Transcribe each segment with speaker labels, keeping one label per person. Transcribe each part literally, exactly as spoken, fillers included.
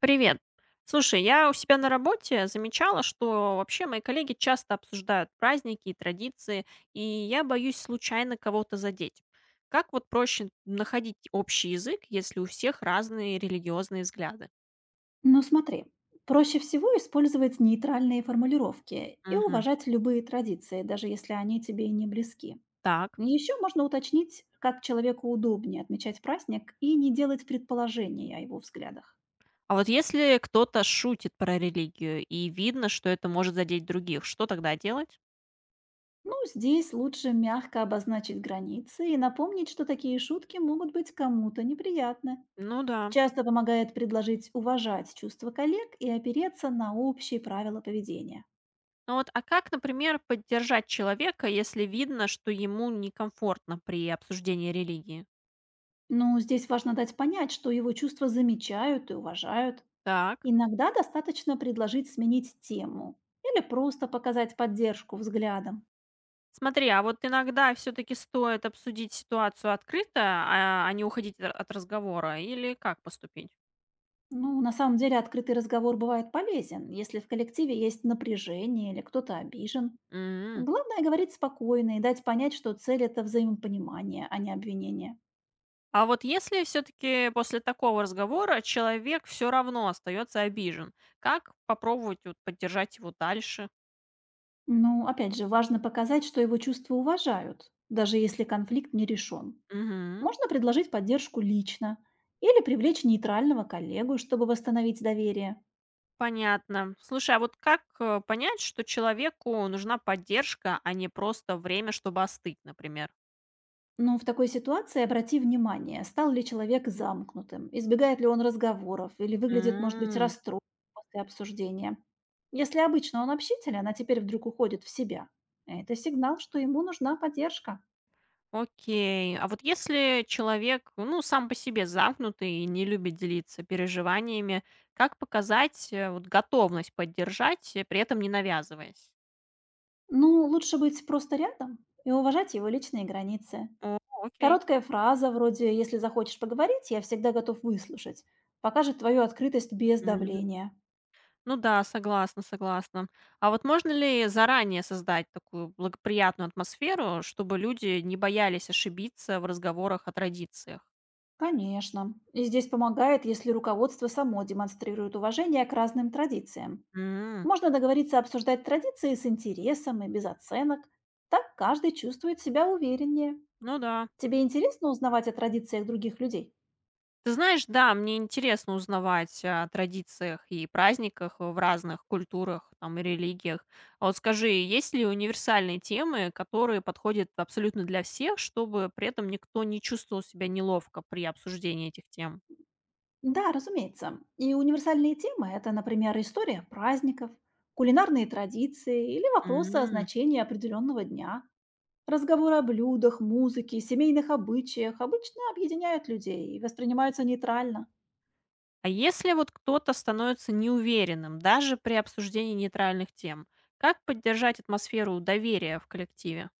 Speaker 1: Привет. Слушай, я у себя на работе замечала, что вообще мои коллеги часто обсуждают праздники и традиции, и я боюсь случайно кого-то задеть. Как вот проще находить общий язык, если у всех разные религиозные взгляды?
Speaker 2: Но смотри, проще всего использовать нейтральные формулировки и
Speaker 1: Мгм.
Speaker 2: уважать любые традиции, даже если они тебе и не близки.
Speaker 1: Так.
Speaker 2: Еще можно уточнить, как человеку удобнее отмечать праздник и не делать предположений о его взглядах.
Speaker 1: А вот если кто-то шутит про религию, и видно, что это может задеть других, что тогда делать?
Speaker 2: Ну, здесь лучше мягко обозначить границы и напомнить, что такие шутки могут быть кому-то неприятны.
Speaker 1: Ну да.
Speaker 2: Часто помогает предложить уважать чувства коллег и опереться на общие правила поведения.
Speaker 1: Ну вот, а как, например, поддержать человека, если видно, что ему некомфортно при обсуждении религии?
Speaker 2: Но здесь важно дать понять, что его чувства замечают и уважают.
Speaker 1: Так.
Speaker 2: Иногда достаточно предложить сменить тему или просто показать поддержку взглядом.
Speaker 1: Смотри, а вот иногда все-таки стоит обсудить ситуацию открыто, а, а не уходить р- от разговора, или как поступить?
Speaker 2: Ну, на самом деле открытый разговор бывает полезен, если в коллективе есть напряжение или кто-то обижен.
Speaker 1: М.
Speaker 2: Главное говорить спокойно и дать понять, что цель– это взаимопонимание, а не обвинение.
Speaker 1: А вот если все-таки после такого разговора человек все равно остается обижен, как попробовать вот, поддержать его дальше?
Speaker 2: Ну, опять же, важно показать, что его чувства уважают, даже если конфликт не решен.
Speaker 1: Мгм.
Speaker 2: Можно предложить поддержку лично или привлечь нейтрального коллегу, чтобы восстановить доверие.
Speaker 1: Понятно. Слушай, а вот как э, понять, что человеку нужна поддержка, а не просто время, чтобы остыть, например?
Speaker 2: Но в такой ситуации обрати внимание, стал ли человек замкнутым, избегает ли он разговоров или выглядит, может быть,
Speaker 1: М.
Speaker 2: расстроен после обсуждения. Если обычно он общителен, а теперь вдруг уходит в себя, это сигнал, что ему нужна поддержка.
Speaker 1: Окей. А вот если человек, ну, сам по себе замкнутый и не любит делиться переживаниями, как показать, э, вот готовность поддержать, э, при этом не навязываясь?
Speaker 2: Ну, лучше быть просто рядом и уважать его личные границы.
Speaker 1: О, окей.
Speaker 2: Короткая фраза вроде «если захочешь поговорить, я всегда готов выслушать» покажет твою открытость без
Speaker 1: Мгм.
Speaker 2: давления.
Speaker 1: Ну да, согласна, согласна. А вот можно ли заранее создать такую благоприятную атмосферу, чтобы люди не боялись ошибиться в разговорах о традициях?
Speaker 2: Конечно. И здесь помогает, если руководство само демонстрирует уважение к разным традициям.
Speaker 1: М.
Speaker 2: Можно договориться обсуждать традиции с интересом и без оценок. Так каждый чувствует себя увереннее.
Speaker 1: Ну да.
Speaker 2: Тебе интересно узнавать о традициях других людей?
Speaker 1: Ты знаешь, да, мне интересно узнавать о традициях и праздниках в разных культурах там, и религиях. А вот скажи, есть ли универсальные темы, которые подходят абсолютно для всех, чтобы при этом никто не чувствовал себя неловко при обсуждении этих тем?
Speaker 2: Да, разумеется. И универсальные темы– это, например, история праздников, кулинарные традиции или вопросы о
Speaker 1: М.
Speaker 2: значении определенного дня. Разговоры о блюдах, музыке, семейных обычаях обычно объединяют людей и воспринимаются нейтрально.
Speaker 1: А если вот кто-то становится неуверенным даже при обсуждении нейтральных тем, как поддержать атмосферу доверия в коллективе?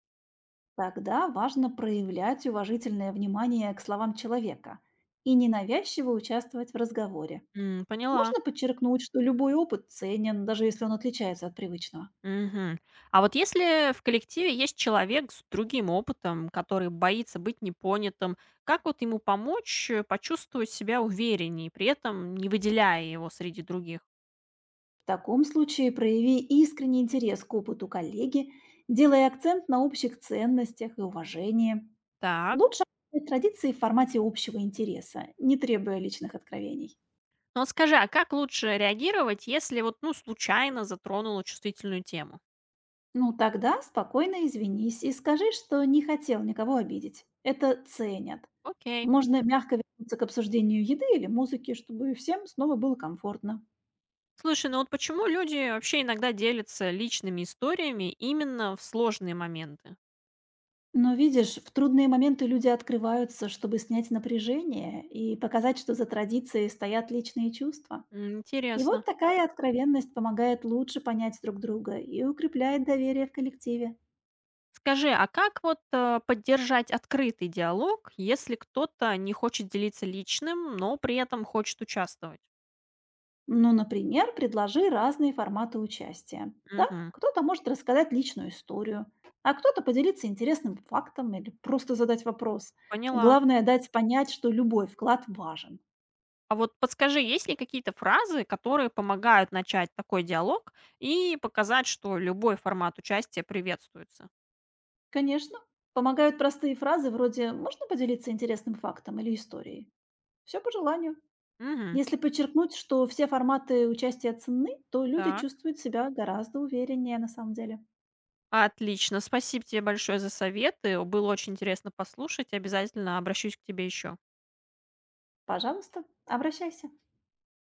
Speaker 2: Тогда важно проявлять уважительное внимание к словам человека и ненавязчиво участвовать в разговоре.
Speaker 1: М, поняла.
Speaker 2: Можно подчеркнуть, что любой опыт ценен, даже если он отличается от привычного.
Speaker 1: Мгм. А вот если в коллективе есть человек с другим опытом, который боится быть непонятым, как вот ему помочь э, почувствовать себя увереннее, при этом не выделяя его среди других?
Speaker 2: В таком случае прояви искренний интерес к опыту коллеги, делая акцент на общих ценностях и уважении.
Speaker 1: Так.
Speaker 2: Лучше оставить традиции в формате общего интереса, не требуя личных откровений.
Speaker 1: Ну вот скажи, а как лучше реагировать, если вот, ну, случайно затронула чувствительную тему?
Speaker 2: Ну тогда спокойно извинись и скажи, что не хотел никого обидеть. Это ценят.
Speaker 1: Окей.
Speaker 2: Можно мягко вернуться к обсуждению еды или музыки, чтобы всем снова было комфортно.
Speaker 1: Слушай, ну вот почему люди вообще иногда делятся личными историями именно в сложные моменты?
Speaker 2: Но видишь, в трудные моменты люди открываются, чтобы снять напряжение и показать, что за традицией стоят личные чувства.
Speaker 1: М,
Speaker 2: И
Speaker 1: интересно.
Speaker 2: вот такая откровенность помогает лучше понять друг друга и укрепляет доверие в коллективе.
Speaker 1: Скажи, а как вот э, поддержать открытый диалог, если кто-то не хочет делиться личным, но при этом хочет участвовать?
Speaker 2: Ну, например, предложи разные форматы участия. Так,
Speaker 1: Мгм.
Speaker 2: кто-то может рассказать личную историю, а кто-то поделиться интересным фактом или просто задать вопрос.
Speaker 1: Поняла.
Speaker 2: Главное дать понять, что любой вклад важен.
Speaker 1: А вот подскажи, есть ли какие-то фразы, которые помогают начать такой диалог и показать, что любой формат участия приветствуется?
Speaker 2: Конечно, помогают простые фразы вроде «можно поделиться интересным фактом или историей?» Все по желанию.
Speaker 1: Мгм.
Speaker 2: Если подчеркнуть, что все форматы участия ценны, то люди
Speaker 1: Так.
Speaker 2: чувствуют себя гораздо увереннее на самом деле.
Speaker 1: Отлично. Спасибо тебе большое за советы. Было очень интересно послушать. Обязательно обращусь к тебе еще.
Speaker 2: Пожалуйста, обращайся.